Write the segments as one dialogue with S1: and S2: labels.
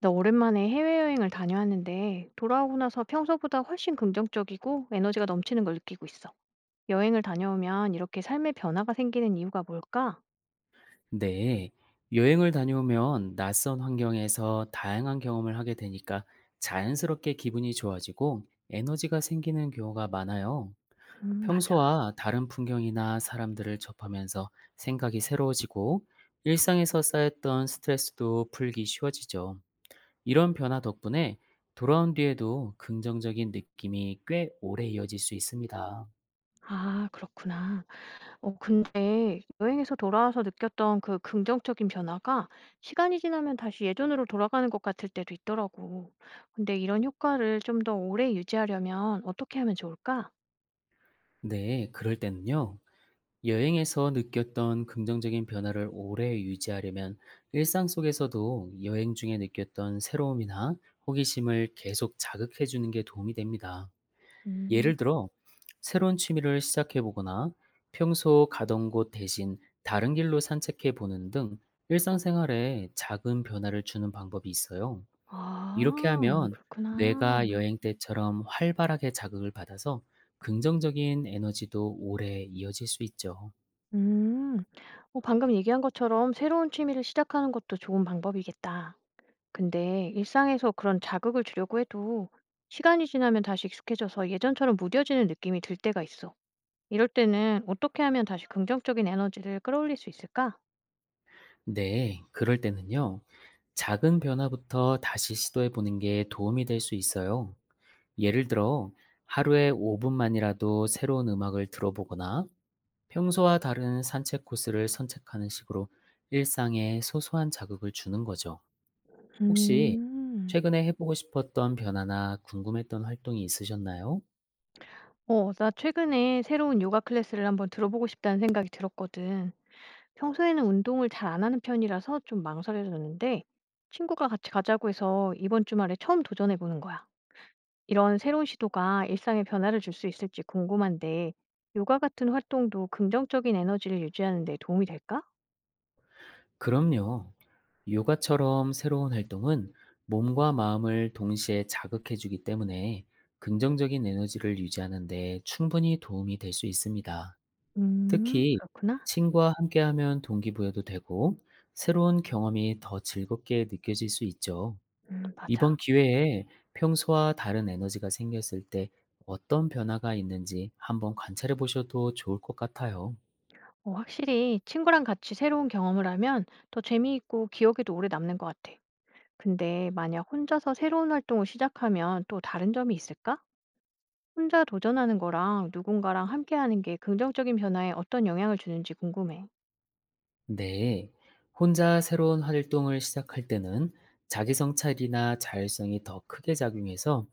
S1: 나 오랜만에 해외여행을 다녀왔는데 돌아오고 나서 평소보다 훨씬 긍정적이고 에너지가 넘치는 걸 느끼고 있어. 여행을 다녀오면 이렇게 삶의 변화가 생기는 이유가 뭘까?
S2: 네, 여행을 다녀오면 낯선 환경에서 다양한 경험을 하게 되니까 자연스럽게 기분이 좋아지고 에너지가 생기는 경우가 많아요.
S1: 맞아.
S2: 평소와 다른 풍경이나 사람들을 접하면서 생각이 새로워지고 일상에서 쌓였던 스트레스도 풀기 쉬워지죠. 이런 변화 덕분에 돌아온 뒤에도 긍정적인 느낌이 꽤 오래 이어질 수 있습니다.
S1: 아, 그렇구나. 어, 근데 여행에서 돌아와서 느꼈던 그 긍정적인 변화가 시간이 지나면 다시 예전으로 돌아가는 것 같을 때도 있더라고. 근데 이런 효과를 좀 더 오래 유지하려면 어떻게 하면 좋을까?
S2: 네, 그럴 때는요. 여행에서 느꼈던 긍정적인 변화를 오래 유지하려면 일상 속에서도 여행 중에 느꼈던 새로움이나 호기심을 계속 자극해 주는 게 도움이 됩니다.
S1: 음,
S2: 예를 들어, 새로운 취미를 시작해 보거나 평소 가던 곳 대신 다른 길로 산책해 보는 등 일상생활에 작은 변화를 주는 방법이 있어요. 이렇게
S1: 아,
S2: 하면 뇌가
S1: 그렇구나.
S2: 여행 때처럼 활발하게 자극을 받아서 긍정적인 에너지도 오래 이어질 수 있죠.
S1: 음. 뭐 방금 얘기한 것처럼 새로운 취미를 시작하는 것도 좋은 방법이겠다. 근데 일상에서 그런 자극을 주려고 해도 시간이 지나면 다시 익숙해져서 예전처럼 무뎌지는 느낌이 들 때가 있어. 이럴 때는 어떻게 하면 다시 긍정적인 에너지를 끌어올릴 수 있을까?
S2: 네, 그럴 때는요. 작은 변화부터 다시 시도해 보는 게 도움이 될 수 있어요. 예를 들어, 하루에 5분만이라도 새로운 음악을 들어보거나 평소와 다른 산책 코스를 선택하는 식으로 일상에 소소한 자극을 주는 거죠. 혹시
S1: 음.
S2: 최근에 해보고 싶었던 변화나 궁금했던 활동이 있으셨나요?
S1: 어, 나 최근에 새로운 요가 클래스를 한번 들어보고 싶다는 생각이 들었거든. 평소에는 운동을 잘 안 하는 편이라서 좀 망설여졌는데 친구가 같이 가자고 해서 이번 주말에 처음 도전해 보는 거야. 이런 새로운 시도가 일상에 변화를 줄 수 있을지 궁금한데, 요가 같은 활동도 긍정적인 에너지를 유지하는 데 도움이 될까?
S2: 그럼요. 요가처럼 새로운 활동은 몸과 마음을 동시에 자극해주기 때문에 긍정적인 에너지를 유지하는데 충분히 도움이 될 수 있습니다. 특히
S1: 그렇구나.
S2: 친구와 함께하면 동기부여도 되고 새로운 경험이 더 즐겁게 느껴질 수 있죠.
S1: 맞아.
S2: 이번 기회에 평소와 다른 에너지가 생겼을 때 어떤 변화가 있는지 한번 관찰해 보셔도 좋을 것 같아요.
S1: 어, 확실히 친구랑 같이 새로운 경험을 하면 더 재미있고 기억에도 오래 남는 것 같아. 근데 만약 혼자서 새로운 활동을 시작하면 또 다른 점이 있을까? 혼자 도전하는 거랑 누군가랑 함께 하는 게 긍정적인 변화에 어떤 영향을 주는지 궁금해.
S2: 네, 혼자 새로운 활동을 시작할 때는 자기 성찰이나 자율성이 더 크게 작용해서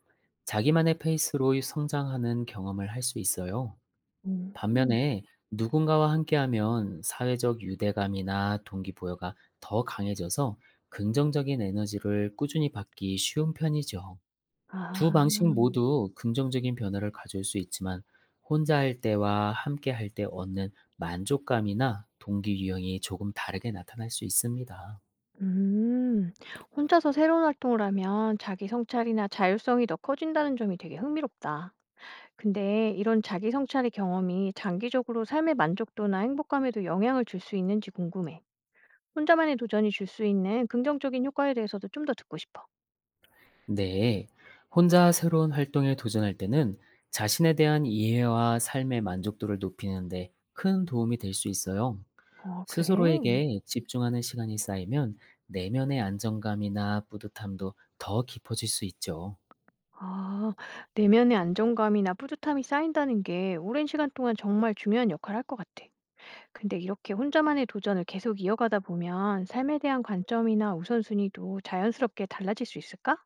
S2: 자기만의 페이스로 성장하는 경험을 할 수 있어요.
S1: 음,
S2: 반면에 누군가와 함께하면 사회적 유대감이나 동기부여가 더 강해져서 긍정적인 에너지를 꾸준히 받기 쉬운 편이죠. 두
S1: 아.
S2: 방식 모두 긍정적인 변화를 가져올 수 있지만 혼자 할 때와 함께 할 때 얻는 만족감이나 동기 유형이 조금 다르게 나타날 수 있습니다.
S1: 음, 혼자서 새로운 활동을 하면 자기 성찰이나 자율성이 더 커진다는 점이 되게 흥미롭다. 근데 이런 자기 성찰의 경험이 장기적으로 삶의 만족도나 행복감에도 영향을 줄 수 있는지 궁금해. 혼자만의 도전이 줄 수 있는 긍정적인 효과에 대해서도 좀 더 듣고 싶어.
S2: 네. 혼자 새로운 활동에 도전할 때는 자신에 대한 이해와 삶의 만족도를 높이는데 큰 도움이 될 수 있어요.
S1: 어, 그래?
S2: 스스로에게 집중하는 시간이 쌓이면 내면의 안정감이나 뿌듯함도 더 깊어질 수 있죠.
S1: 아, 내면의 안정감이나 뿌듯함이 쌓인다는 게 오랜 시간 동안 정말 중요한 역할을 할 것 같아. 근데 이렇게 혼자만의 도전을 계속 이어가다 보면 삶에 대한 관점이나 우선순위도 자연스럽게 달라질 수 있을까?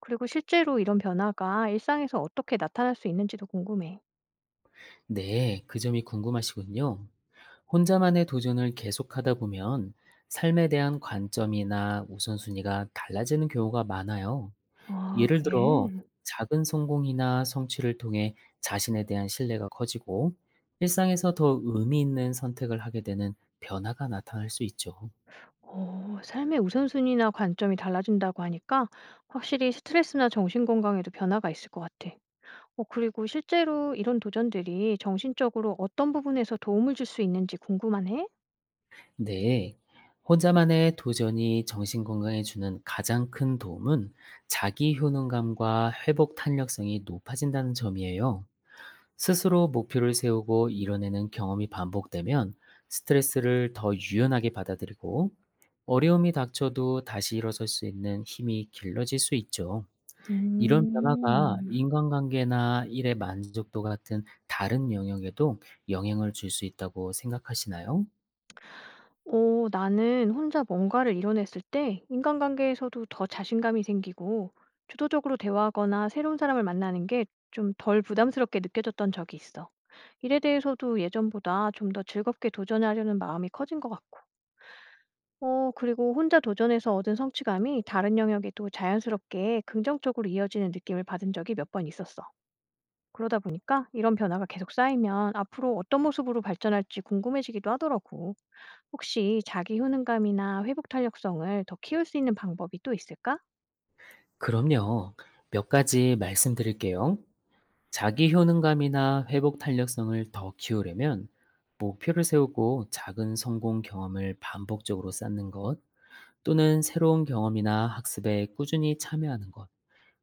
S1: 그리고 실제로 이런 변화가 일상에서 어떻게 나타날 수 있는지도 궁금해.
S2: 네, 그 점이 궁금하시군요. 혼자만의 도전을 계속하다 보면 삶에 대한 관점이나 우선순위가 달라지는 경우가 많아요.
S1: 아,
S2: 예를 들어,
S1: 그래?
S2: 작은 성공이나 성취를 통해 자신에 대한 신뢰가 커지고, 일상에서 더 의미 있는 선택을 하게 되는 변화가 나타날 수 있죠.
S1: 어, 삶의 우선순위나 관점이 달라진다고 하니까 확실히 스트레스나 정신 건강에도 변화가 있을 것 같아. 어, 그리고 실제로 이런 도전들이 정신적으로 어떤 부분에서 도움을 줄 수 있는지 궁금하네?
S2: 네. 혼자만의 도전이 정신 건강에 주는 가장 큰 도움은 자기 효능감과 회복 탄력성이 높아진다는 점이에요. 스스로 목표를 세우고 이뤄내는 경험이 반복되면 스트레스를 더 유연하게 받아들이고 어려움이 닥쳐도 다시 일어설 수 있는 힘이 길러질 수 있죠. 이런 변화가
S1: 음.
S2: 인간관계나 일의 만족도 같은 다른 영역에도 영향을 줄 수 있다고 생각하시나요?
S1: 오 나는 혼자 뭔가를 이뤄냈을 때 인간관계에서도 더 자신감이 생기고 주도적으로 대화하거나 새로운 사람을 만나는 게 좀 덜 부담스럽게 느껴졌던 적이 있어. 일에 대해서도 예전보다 좀 더 즐겁게 도전하려는 마음이 커진 것 같고. 어, 그리고 혼자 도전해서 얻은 성취감이 다른 영역에도 자연스럽게 긍정적으로 이어지는 느낌을 받은 적이 몇 번 있었어. 그러다 보니까 이런 변화가 계속 쌓이면 앞으로 어떤 모습으로 발전할지 궁금해지기도 하더라고. 혹시 자기 효능감이나 회복 탄력성을 더 키울 수 있는 방법이 또 있을까?
S2: 그럼요. 몇 가지 말씀드릴게요. 자기 효능감이나 회복 탄력성을 더 키우려면 목표를 세우고 작은 성공 경험을 반복적으로 쌓는 것, 또는 새로운 경험이나 학습에 꾸준히 참여하는 것.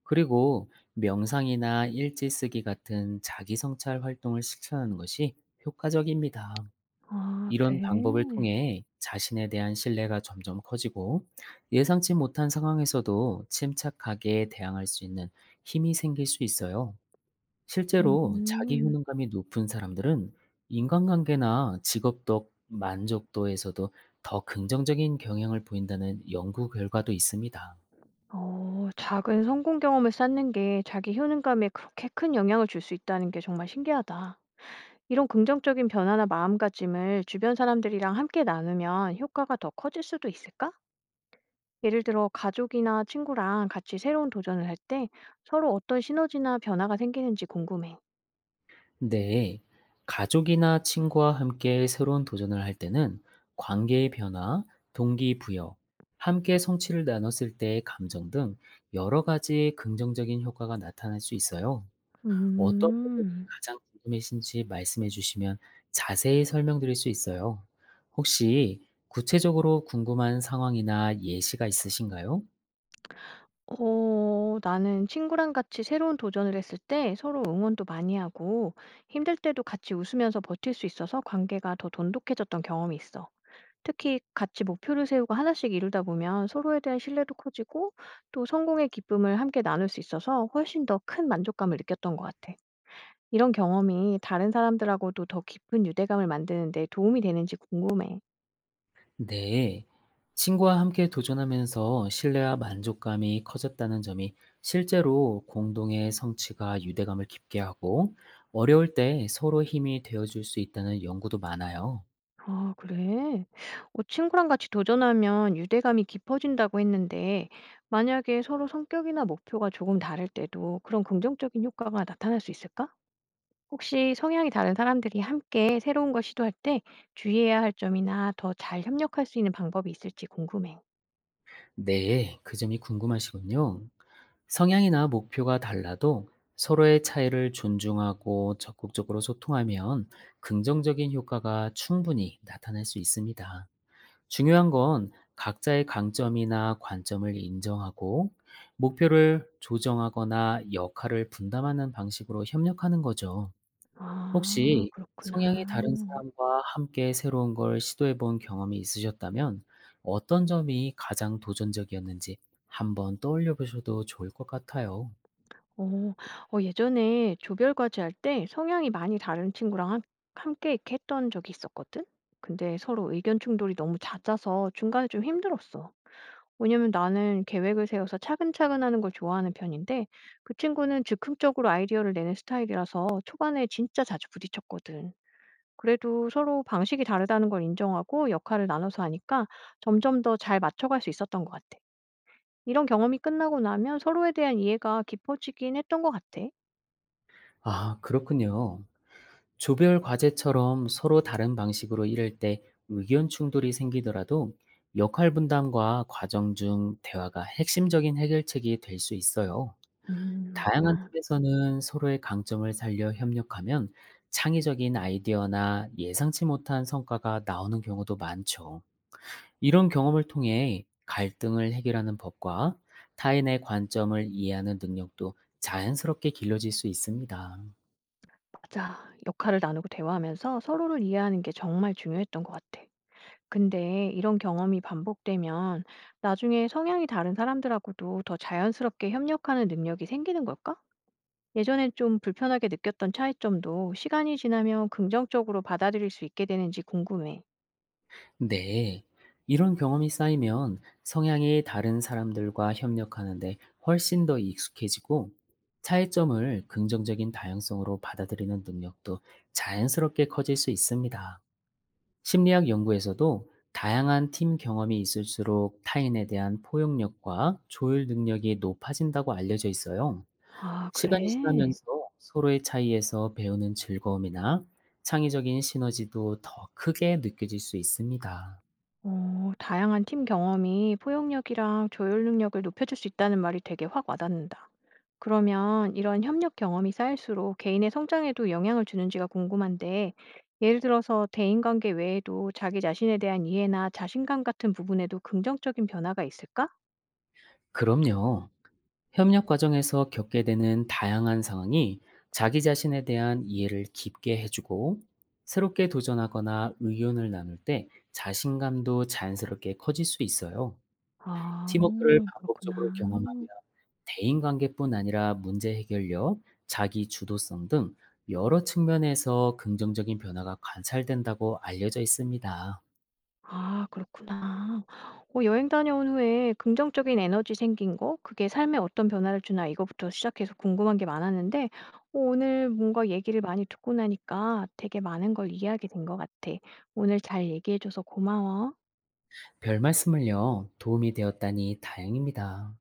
S2: 그리고 명상이나 일지 쓰기 같은 자기 성찰 활동을 실천하는 것이 효과적입니다.
S1: 아,
S2: 이런
S1: 그래.
S2: 방법을 통해 자신에 대한 신뢰가 점점 커지고 예상치 못한 상황에서도 침착하게 대항할 수 있는 힘이 생길 수 있어요. 실제로 자기
S1: 음.
S2: 효능감이 높은 사람들은 인간관계나 직업적 만족도에서도 더 긍정적인 경향을 보인다는 연구 결과도 있습니다.
S1: 어, 작은 성공 경험을 쌓는 게 자기 효능감에 그렇게 큰 영향을 줄 수 있다는 게 정말 신기하다. 이런 긍정적인 변화나 마음가짐을 주변 사람들이랑 함께 나누면 효과가 더 커질 수도 있을까? 예를 들어 가족이나 친구랑 같이 새로운 도전을 할 때 서로 어떤 시너지나 변화가 생기는지 궁금해.
S2: 네, 가족이나 친구와 함께 새로운 도전을 할 때는 관계의 변화, 동기부여, 함께 성취를 나눴을 때의 감정 등 여러 가지 긍정적인 효과가 나타날 수 있어요. 어떤 부분이
S1: 음.
S2: 가장 궁금해신지 말씀해 주시면 자세히 설명드릴 수 있어요. 혹시 구체적으로 궁금한 상황이나 예시가 있으신가요?
S1: 어 나는 친구랑 같이 새로운 도전을 했을 때 서로 응원도 많이 하고 힘들 때도 같이 웃으면서 버틸 수 있어서 관계가 더 돈독해졌던 경험이 있어. 특히 같이 목표를 세우고 하나씩 이루다 보면 서로에 대한 신뢰도 커지고 또 성공의 기쁨을 함께 나눌 수 있어서 훨씬 더 큰 만족감을 느꼈던 것 같아. 이런 경험이 다른 사람들하고도 더 깊은 유대감을 만드는 데 도움이 되는지 궁금해.
S2: 네. 친구와 함께 도전하면서 신뢰와 만족감이 커졌다는 점이 실제로 공동의 성취가 유대감을 깊게 하고 어려울 때 서로 힘이 되어줄 수 있다는 연구도 많아요.
S1: 아, 그래? 어, 친구랑 같이 도전하면 유대감이 깊어진다고 했는데, 만약에 서로 성격이나 목표가 조금 다를 때도 그런 긍정적인 효과가 나타날 수 있을까? 혹시 성향이 다른 사람들이 함께 새로운 걸 시도할 때 주의해야 할 점이나 더 잘 협력할 수 있는 방법이 있을지 궁금해.
S2: 네, 그 점이 궁금하시군요. 성향이나 목표가 달라도 서로의 차이를 존중하고 적극적으로 소통하면 긍정적인 효과가 충분히 나타날 수 있습니다. 중요한 건 각자의 강점이나 관점을 인정하고 목표를 조정하거나 역할을 분담하는 방식으로 협력하는 거죠.
S1: 아,
S2: 혹시 성향이 다른
S1: 그렇구나.
S2: 사람과 함께 새로운 걸 시도해 본 경험이 있으셨다면 어떤 점이 가장 도전적이었는지 한번 떠올려 보셔도 좋을 것 같아요.
S1: 어. 어 예전에 조별 과제할 때 성향이 많이 다른 친구랑 함 함께 이렇게 했던 적이 있었거든? 근데 서로 의견 충돌이 너무 잦아서 중간에 좀 힘들었어. 왜냐면 나는 계획을 세워서 차근차근 하는 걸 좋아하는 편인데 그 친구는 즉흥적으로 아이디어를 내는 스타일이라서 초반에 진짜 자주 부딪혔거든. 그래도 서로 방식이 다르다는 걸 인정하고 역할을 나눠서 하니까 점점 더 잘 맞춰갈 수 있었던 것 같아. 이런 경험이 끝나고 나면 서로에 대한 이해가 깊어지긴 했던 것 같아.
S2: 아, 그렇군요. 조별 과제처럼 서로 다른 방식으로 일할 때 의견 충돌이 생기더라도 역할 분담과 과정 중 대화가 핵심적인 해결책이 될 수 있어요. 다양한
S1: 맞아.
S2: 팀에서는 서로의 강점을 살려 협력하면 창의적인 아이디어나 예상치 못한 성과가 나오는 경우도 많죠. 이런 경험을 통해 갈등을 해결하는 법과 타인의 관점을 이해하는 능력도 자연스럽게 길러질 수 있습니다.
S1: 맞아. 역할을 나누고 대화하면서 서로를 이해하는 게 정말 중요했던 것 같아. 근데 이런 경험이 반복되면 나중에 성향이 다른 사람들하고도 더 자연스럽게 협력하는 능력이 생기는 걸까? 예전엔 좀 불편하게 느꼈던 차이점도 시간이 지나면 긍정적으로 받아들일 수 있게 되는지 궁금해.
S2: 네. 이런 경험이 쌓이면 성향이 다른 사람들과 협력하는데 훨씬 더 익숙해지고 차이점을 긍정적인 다양성으로 받아들이는 능력도 자연스럽게 커질 수 있습니다. 심리학 연구에서도 다양한 팀 경험이 있을수록 타인에 대한 포용력과 조율 능력이 높아진다고 알려져 있어요.
S1: 아,
S2: 시간이
S1: 그래?
S2: 지나면서 서로의 차이에서 배우는 즐거움이나 창의적인 시너지도 더 크게 느껴질 수 있습니다.
S1: 어, 다양한 팀 경험이 포용력이랑 조율 능력을 높여줄 수 있다는 말이 되게 확 와닿는다. 그러면 이런 협력 경험이 쌓일수록 개인의 성장에도 영향을 주는지가 궁금한데, 예를 들어서 대인관계 외에도 자기 자신에 대한 이해나 자신감 같은 부분에도 긍정적인 변화가 있을까?
S2: 그럼요. 협력 과정에서 겪게 되는 다양한 상황이 자기 자신에 대한 이해를 깊게 해주고 새롭게 도전하거나 의견을 나눌 때 자신감도 자연스럽게 커질 수 있어요.
S1: 아,
S2: 팀워크를 반복적으로
S1: 그렇구나.
S2: 경험하면 대인관계뿐 아니라 문제 해결력, 자기 주도성 등 여러 측면에서 긍정적인 변화가 관찰된다고 알려져 있습니다.
S1: 아, 그렇구나. 어, 여행 다녀온 후에 긍정적인 에너지 생긴 거, 그게 삶에 어떤 변화를 주나 이거부터 시작해서 궁금한 게 많았는데, 어, 오늘 뭔가 얘기를 많이 듣고 나니까 되게 많은 걸 이해하게 된 것 같아. 오늘 잘 얘기해줘서 고마워.
S2: 별 말씀을요. 도움이 되었다니 다행입니다.